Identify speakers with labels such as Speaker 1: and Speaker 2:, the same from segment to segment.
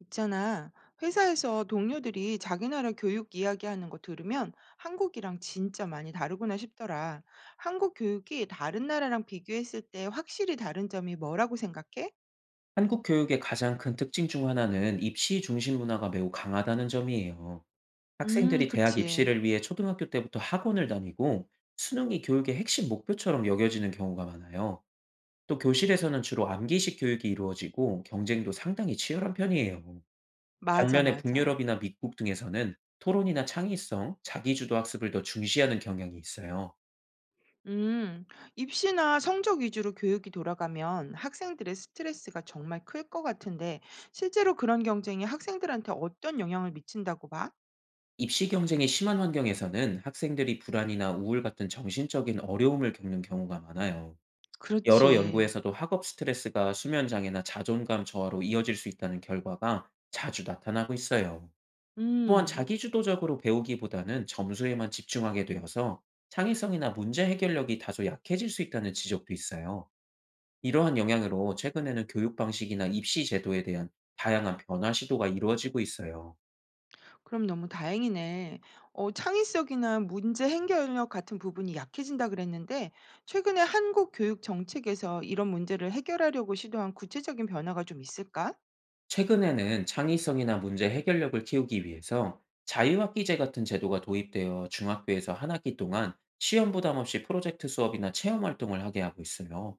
Speaker 1: 있잖아. 회사에서 동료들이 자기 나라 교육 이야기하는 거 들으면 한국이랑 진짜 많이 다르구나 싶더라. 한국 교육이 다른 나라랑 비교했을 때 확실히 다른 점이 뭐라고 생각해?
Speaker 2: 한국 교육의 가장 큰 특징 중 하나는 입시 중심 문화가 매우 강하다는 점이에요. 학생들이 대학
Speaker 1: 그치.
Speaker 2: 입시를 위해 초등학교 때부터 학원을 다니고 수능이 교육의 핵심 목표처럼 여겨지는 경우가 많아요. 또 교실에서는 주로 암기식 교육이 이루어지고 경쟁도 상당히 치열한 편이에요.
Speaker 1: 맞아,
Speaker 2: 반면에
Speaker 1: 맞아.
Speaker 2: 북유럽이나 미국 등에서는 토론이나 창의성, 자기주도 학습을 더 중시하는 경향이 있어요.
Speaker 1: 음, 입시나 성적 위주로 교육이 돌아가면 학생들의 스트레스가 정말 클 것 같은데, 실제로 그런 경쟁이 학생들한테 어떤 영향을 미친다고 봐?
Speaker 2: 입시 경쟁이 심한 환경에서는 학생들이 불안이나 우울 같은 정신적인 어려움을 겪는 경우가 많아요. 여러
Speaker 1: 그렇지.
Speaker 2: 연구에서도 학업 스트레스가 수면 장애나 자존감 저하로 이어질 수 있다는 결과가 자주 나타나고 있어요. 또한
Speaker 1: 음.
Speaker 2: 자기주도적으로 배우기보다는 점수에만 집중하게 되어서 창의성이나 문제 해결력이 다소 약해질 수 있다는 지적도 있어요. 이러한 영향으로 최근에는 교육 방식이나 입시 제도에 대한 다양한 변화 시도가 이루어지고 있어요.
Speaker 1: 그럼 너무 다행이네. 어, 창의성이나 문제 해결력 같은 부분이 약해진다 그랬는데, 최근에 한국 교육 정책에서 이런 문제를 해결하려고 시도한 구체적인 변화가 좀 있을까?
Speaker 2: 최근에는 창의성이나 문제 해결력을 키우기 위해서 자유학기제 같은 제도가 도입되어 중학교에서 한 학기 동안 시험 부담 없이 프로젝트 수업이나 체험 활동을 하게 하고 있어요.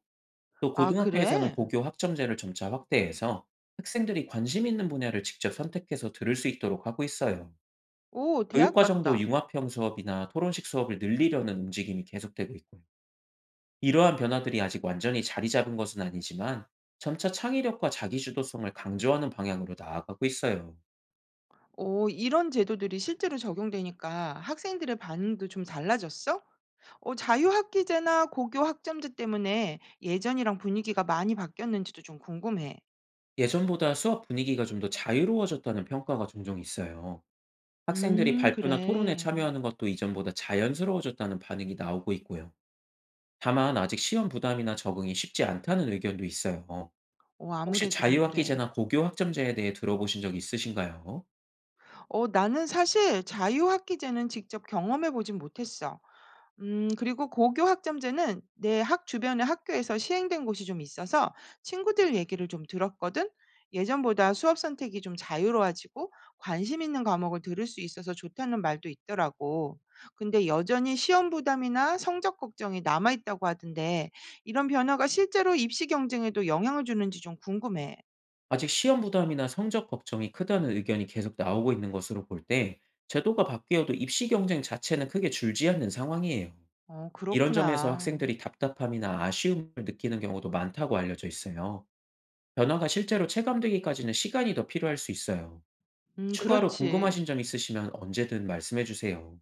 Speaker 2: 또
Speaker 1: 아,
Speaker 2: 고등학교에서는
Speaker 1: 그래?
Speaker 2: 고교 학점제를 점차 확대해서 학생들이 관심 있는 분야를 직접 선택해서 들을 수 있도록 하고 있어요.
Speaker 1: 오, 대학
Speaker 2: 교육과정도
Speaker 1: 같다.
Speaker 2: 융합형 수업이나 토론식 수업을 늘리려는 움직임이 계속되고 있고요. 이러한 변화들이 아직 완전히 자리 잡은 것은 아니지만 점차 창의력과 자기주도성을 강조하는 방향으로 나아가고 있어요.
Speaker 1: 오, 이런 제도들이 실제로 적용되니까 학생들의 반응도 좀 달라졌어? 어, 자유학기제나 고교 학점제 때문에 예전이랑 분위기가 많이 바뀌었는지도 좀 궁금해.
Speaker 2: 예전보다 수업 분위기가 좀 더 자유로워졌다는 평가가 종종 있어요. 학생들이 발표나 토론에
Speaker 1: 그래.
Speaker 2: 참여하는 것도 이전보다 자연스러워졌다는 반응이 나오고 있고요. 다만 아직 시험 부담이나 적응이 쉽지 않다는 의견도 있어요.
Speaker 1: 어,
Speaker 2: 혹시
Speaker 1: 아무래도 좀 그래.
Speaker 2: 자유학기제나 고교 학점제에 대해 들어보신 적 있으신가요?
Speaker 1: 어, 나는 사실 자유학기제는 직접 경험해 보진 못했어. 음, 그리고 고교 학점제는 내 학 주변의 학교에서 시행된 곳이 좀 있어서 친구들 얘기를 좀 들었거든. 예전보다 수업 선택이 좀 자유로워지고 관심 있는 과목을 들을 수 있어서 좋다는 말도 있더라고. 근데 여전히 시험 부담이나 성적 걱정이 남아 있다고 하던데 이런 변화가 실제로 입시 경쟁에도 영향을 주는지 좀 궁금해.
Speaker 2: 아직 시험 부담이나 성적 걱정이 크다는 의견이 계속 나오고 있는 것으로 볼 때, 제도가 바뀌어도 입시 경쟁 자체는 크게 줄지 않는 상황이에요.
Speaker 1: 어,
Speaker 2: 이런 점에서
Speaker 1: 그렇구나.
Speaker 2: 학생들이 답답함이나 아쉬움을 느끼는 경우도 많다고 알려져 있어요. 변화가 실제로 체감되기까지는 시간이 더 필요할 수 있어요.
Speaker 1: 음,
Speaker 2: 추가로
Speaker 1: 그렇지.
Speaker 2: 궁금하신 점 있으시면 언제든 말씀해 주세요.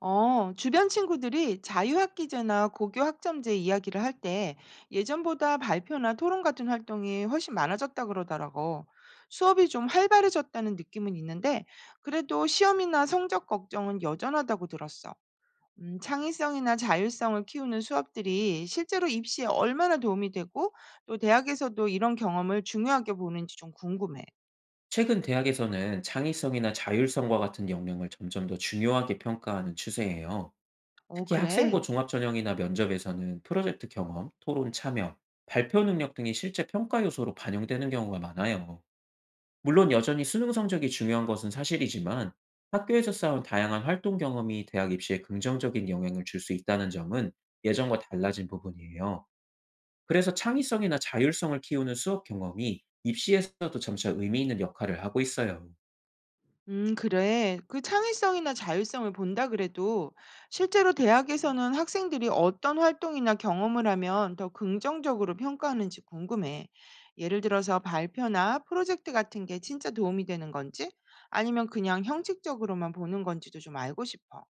Speaker 1: 어, 주변 친구들이 자유학기제나 고교 학점제 이야기를 할 때 예전보다 발표나 토론 같은 활동이 훨씬 많아졌다 그러더라고. 수업이 좀 활발해졌다는 느낌은 있는데 그래도 시험이나 성적 걱정은 여전하다고 들었어. 창의성이나 자율성을 키우는 수업들이 실제로 입시에 얼마나 도움이 되고 또 대학에서도 이런 경험을 중요하게 보는지 좀 궁금해.
Speaker 2: 최근 대학에서는 창의성이나 자율성과 같은 역량을 점점 더 중요하게 평가하는 추세예요.
Speaker 1: 어,
Speaker 2: 특히 학생부
Speaker 1: 그래?
Speaker 2: 종합전형이나 면접에서는 프로젝트 경험, 토론 참여, 발표 능력 등이 실제 평가 요소로 반영되는 경우가 많아요. 물론 여전히 수능 성적이 중요한 것은 사실이지만 학교에서 쌓은 다양한 활동 경험이 대학 입시에 긍정적인 영향을 줄 수 있다는 점은 예전과 달라진 부분이에요. 그래서 창의성이나 자율성을 키우는 수업 경험이 입시에서도 점차 의미 있는 역할을 하고 있어요.
Speaker 1: 그래. 그 창의성이나 자율성을 본다 그래도 실제로 대학에서는 학생들이 어떤 활동이나 경험을 하면 더 긍정적으로 평가하는지 궁금해. 예를 들어서 발표나 프로젝트 같은 게 진짜 도움이 되는 건지 아니면 그냥 형식적으로만 보는 건지도 좀 알고 싶어.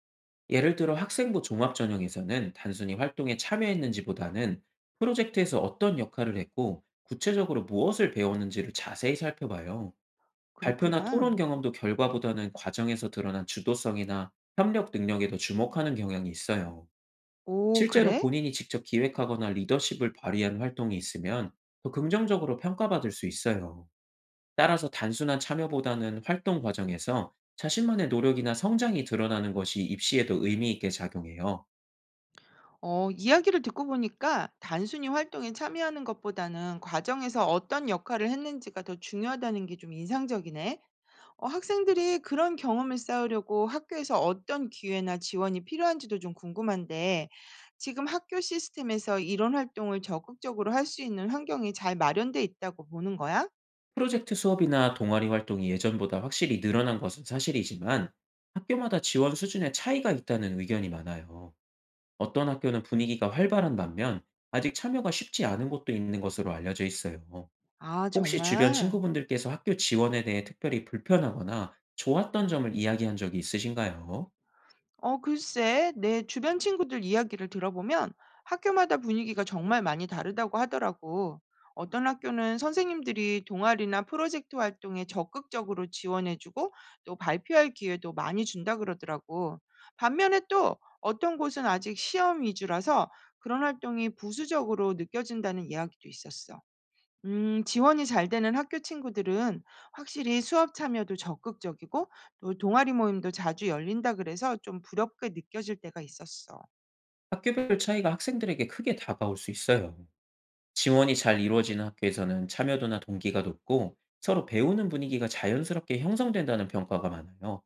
Speaker 2: 예를 들어 학생부 종합 전형에서는 단순히 활동에 참여했는지보다는 프로젝트에서 어떤 역할을 했고 구체적으로 무엇을 배웠는지를 자세히 살펴봐요. 발표나 토론
Speaker 1: 그렇구나.
Speaker 2: 경험도 결과보다는 과정에서 드러난 주도성이나 협력 능력에 더 주목하는 경향이 있어요.
Speaker 1: 오,
Speaker 2: 실제로
Speaker 1: 그래?
Speaker 2: 본인이 직접 기획하거나 리더십을 발휘한 활동이 있으면 더 긍정적으로 평가받을 수 있어요. 따라서 단순한 참여보다는 활동 과정에서 자신만의 노력이나 성장이 드러나는 것이 입시에도 의미 있게 작용해요.
Speaker 1: 어, 이야기를 듣고 보니까 단순히 활동에 참여하는 것보다는 과정에서 어떤 역할을 했는지가 더 중요하다는 게 좀 인상적이네. 어, 학생들이 그런 경험을 쌓으려고 학교에서 어떤 기회나 지원이 필요한지도 좀 궁금한데, 지금 학교 시스템에서 이런 활동을 적극적으로 할 수 있는 환경이 잘 마련돼 있다고 보는 거야?
Speaker 2: 프로젝트 수업이나 동아리 활동이 예전보다 확실히 늘어난 것은 사실이지만 학교마다 지원 수준의 차이가 있다는 의견이 많아요. 어떤 학교는 분위기가 활발한 반면 아직 참여가 쉽지 않은 곳도 있는 것으로 알려져 있어요.
Speaker 1: 아,
Speaker 2: 혹시 주변
Speaker 1: 정말?
Speaker 2: 친구분들께서 학교 지원에 대해 특별히 불편하거나 좋았던 점을 이야기한 적이 있으신가요?
Speaker 1: 어, 글쎄, 내 주변 친구들 이야기를 들어보면 학교마다 분위기가 정말 많이 다르다고 하더라고. 어떤 학교는 선생님들이 동아리나 프로젝트 활동에 적극적으로 지원해주고 또 발표할 기회도 많이 준다 그러더라고. 반면에 또 어떤 곳은 아직 시험 위주라서 그런 활동이 부수적으로 느껴진다는 이야기도 있었어. 지원이 잘 되는 학교 친구들은 확실히 수업 참여도 적극적이고 또 동아리 모임도 자주 열린다 그래서 좀 부럽게 느껴질 때가 있었어.
Speaker 2: 학교별 차이가 학생들에게 크게 다가올 수 있어요. 지원이 잘 이루어지는 학교에서는 참여도나 동기가 높고 서로 배우는 분위기가 자연스럽게 형성된다는 평가가 많아요.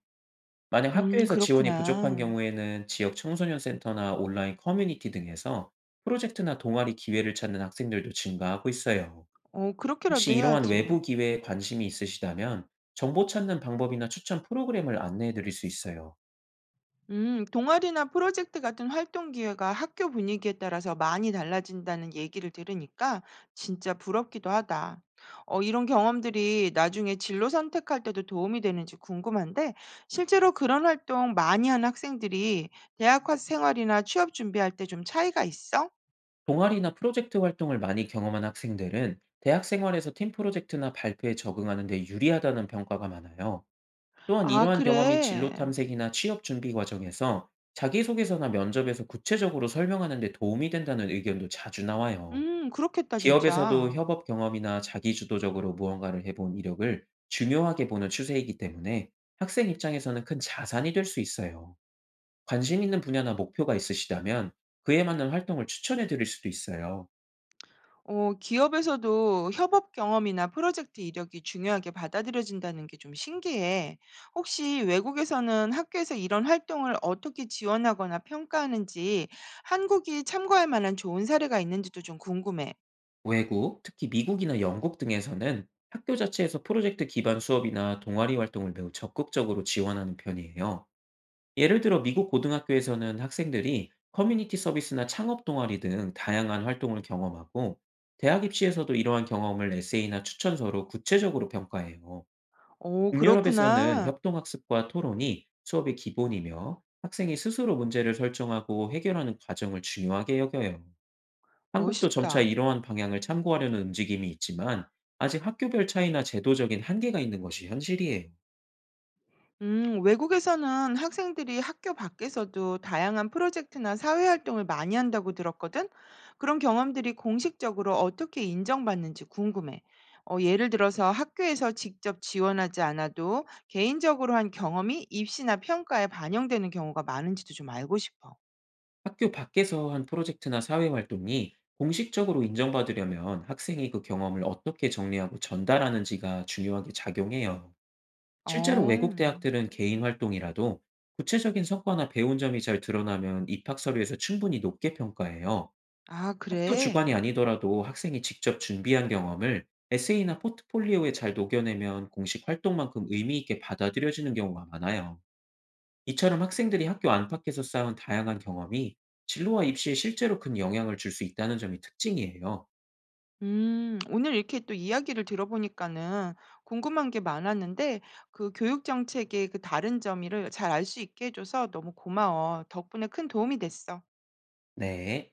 Speaker 2: 만약 학교에서 지원이 부족한
Speaker 1: 그렇구나.
Speaker 2: 경우에는 지역 청소년 센터나 온라인 커뮤니티 등에서 프로젝트나 동아리 기회를 찾는 학생들도 증가하고 있어요.
Speaker 1: 어,
Speaker 2: 혹시
Speaker 1: 그렇게라도
Speaker 2: 이러한
Speaker 1: 해야지.
Speaker 2: 외부 기회에 관심이 있으시다면 정보 찾는 방법이나 추천 프로그램을 안내해 드릴 수 있어요.
Speaker 1: 동아리나 프로젝트 같은 활동 기회가 학교 분위기에 따라서 많이 달라진다는 얘기를 들으니까 진짜 부럽기도 하다. 어, 이런 경험들이 나중에 진로 선택할 때도 도움이 되는지 궁금한데, 실제로 그런 활동 많이 한 학생들이 대학 생활이나 취업 준비할 때 좀 차이가 있어?
Speaker 2: 동아리나 프로젝트 활동을 많이 경험한 학생들은 대학 생활에서 팀 프로젝트나 발표에 적응하는 데 유리하다는 평가가 많아요. 또한
Speaker 1: 아,
Speaker 2: 이러한 경험이 진로
Speaker 1: 그래.
Speaker 2: 탐색이나 취업 준비 과정에서 자기소개서나 면접에서 구체적으로 설명하는 데 도움이 된다는 의견도 자주 나와요.
Speaker 1: 그렇겠다,
Speaker 2: 기업에서도
Speaker 1: 진짜.
Speaker 2: 협업 경험이나 자기주도적으로 무언가를 해본 이력을 중요하게 보는 추세이기 때문에 학생 입장에서는 큰 자산이 될 수 있어요. 관심 있는 분야나 목표가 있으시다면 그에 맞는 활동을 추천해 드릴 수도 있어요.
Speaker 1: 어, 기업에서도 협업 경험이나 프로젝트 이력이 중요하게 받아들여진다는 게 좀 신기해. 혹시 외국에서는 학교에서 이런 활동을 어떻게 지원하거나 평가하는지 한국이 참고할 만한 좋은 사례가 있는지도 좀 궁금해.
Speaker 2: 외국, 특히 미국이나 영국 등에서는 학교 자체에서 프로젝트 기반 수업이나 동아리 활동을 매우 적극적으로 지원하는 편이에요. 예를 들어 미국 고등학교에서는 학생들이 커뮤니티 서비스나 창업 동아리 등 다양한 활동을 경험하고 대학 입시에서도 이러한 경험을 에세이나 추천서로 구체적으로 평가해요.
Speaker 1: 오,
Speaker 2: 북유럽에서는
Speaker 1: 그렇구나.
Speaker 2: 협동학습과 토론이 수업의 기본이며 학생이 스스로 문제를 설정하고 해결하는 과정을 중요하게 여겨요. 한국도 점차
Speaker 1: 멋있다.
Speaker 2: 이러한 방향을 참고하려는 움직임이 있지만 아직 학교별 차이나 제도적인 한계가 있는 것이 현실이에요.
Speaker 1: 외국에서는 학생들이 학교 밖에서도 다양한 프로젝트나 사회 활동을 많이 한다고 들었거든. 그런 경험들이 공식적으로 어떻게 인정받는지 궁금해. 어, 예를 들어서 학교에서 직접 지원하지 않아도 개인적으로 한 경험이 입시나 평가에 반영되는 경우가 많은지도 좀 알고 싶어.
Speaker 2: 학교 밖에서 한 프로젝트나 사회 활동이 공식적으로 인정받으려면 학생이 그 경험을 어떻게 정리하고 전달하는지가 중요하게 작용해요. 실제로
Speaker 1: 어,
Speaker 2: 외국 대학들은 개인 활동이라도 구체적인 성과나 배운 점이 잘 드러나면 입학 서류에서 충분히 높게 평가해요.
Speaker 1: 아,
Speaker 2: 학교
Speaker 1: 그래.
Speaker 2: 주관이 아니더라도 학생이 직접 준비한 경험을 에세이나 포트폴리오에 잘 녹여내면 공식 활동만큼 의미 있게 받아들여지는 경우가 많아요. 이처럼 학생들이 학교 안팎에서 쌓은 다양한 경험이 진로와 입시에 실제로 큰 영향을 줄 수 있다는 점이 특징이에요.
Speaker 1: 오늘 이렇게 또 이야기를 들어보니까는 궁금한 게 많았는데 그 교육 정책의 그 다른 점을 잘 알 수 있게 해줘서 너무 고마워. 덕분에 큰 도움이 됐어.
Speaker 2: 네.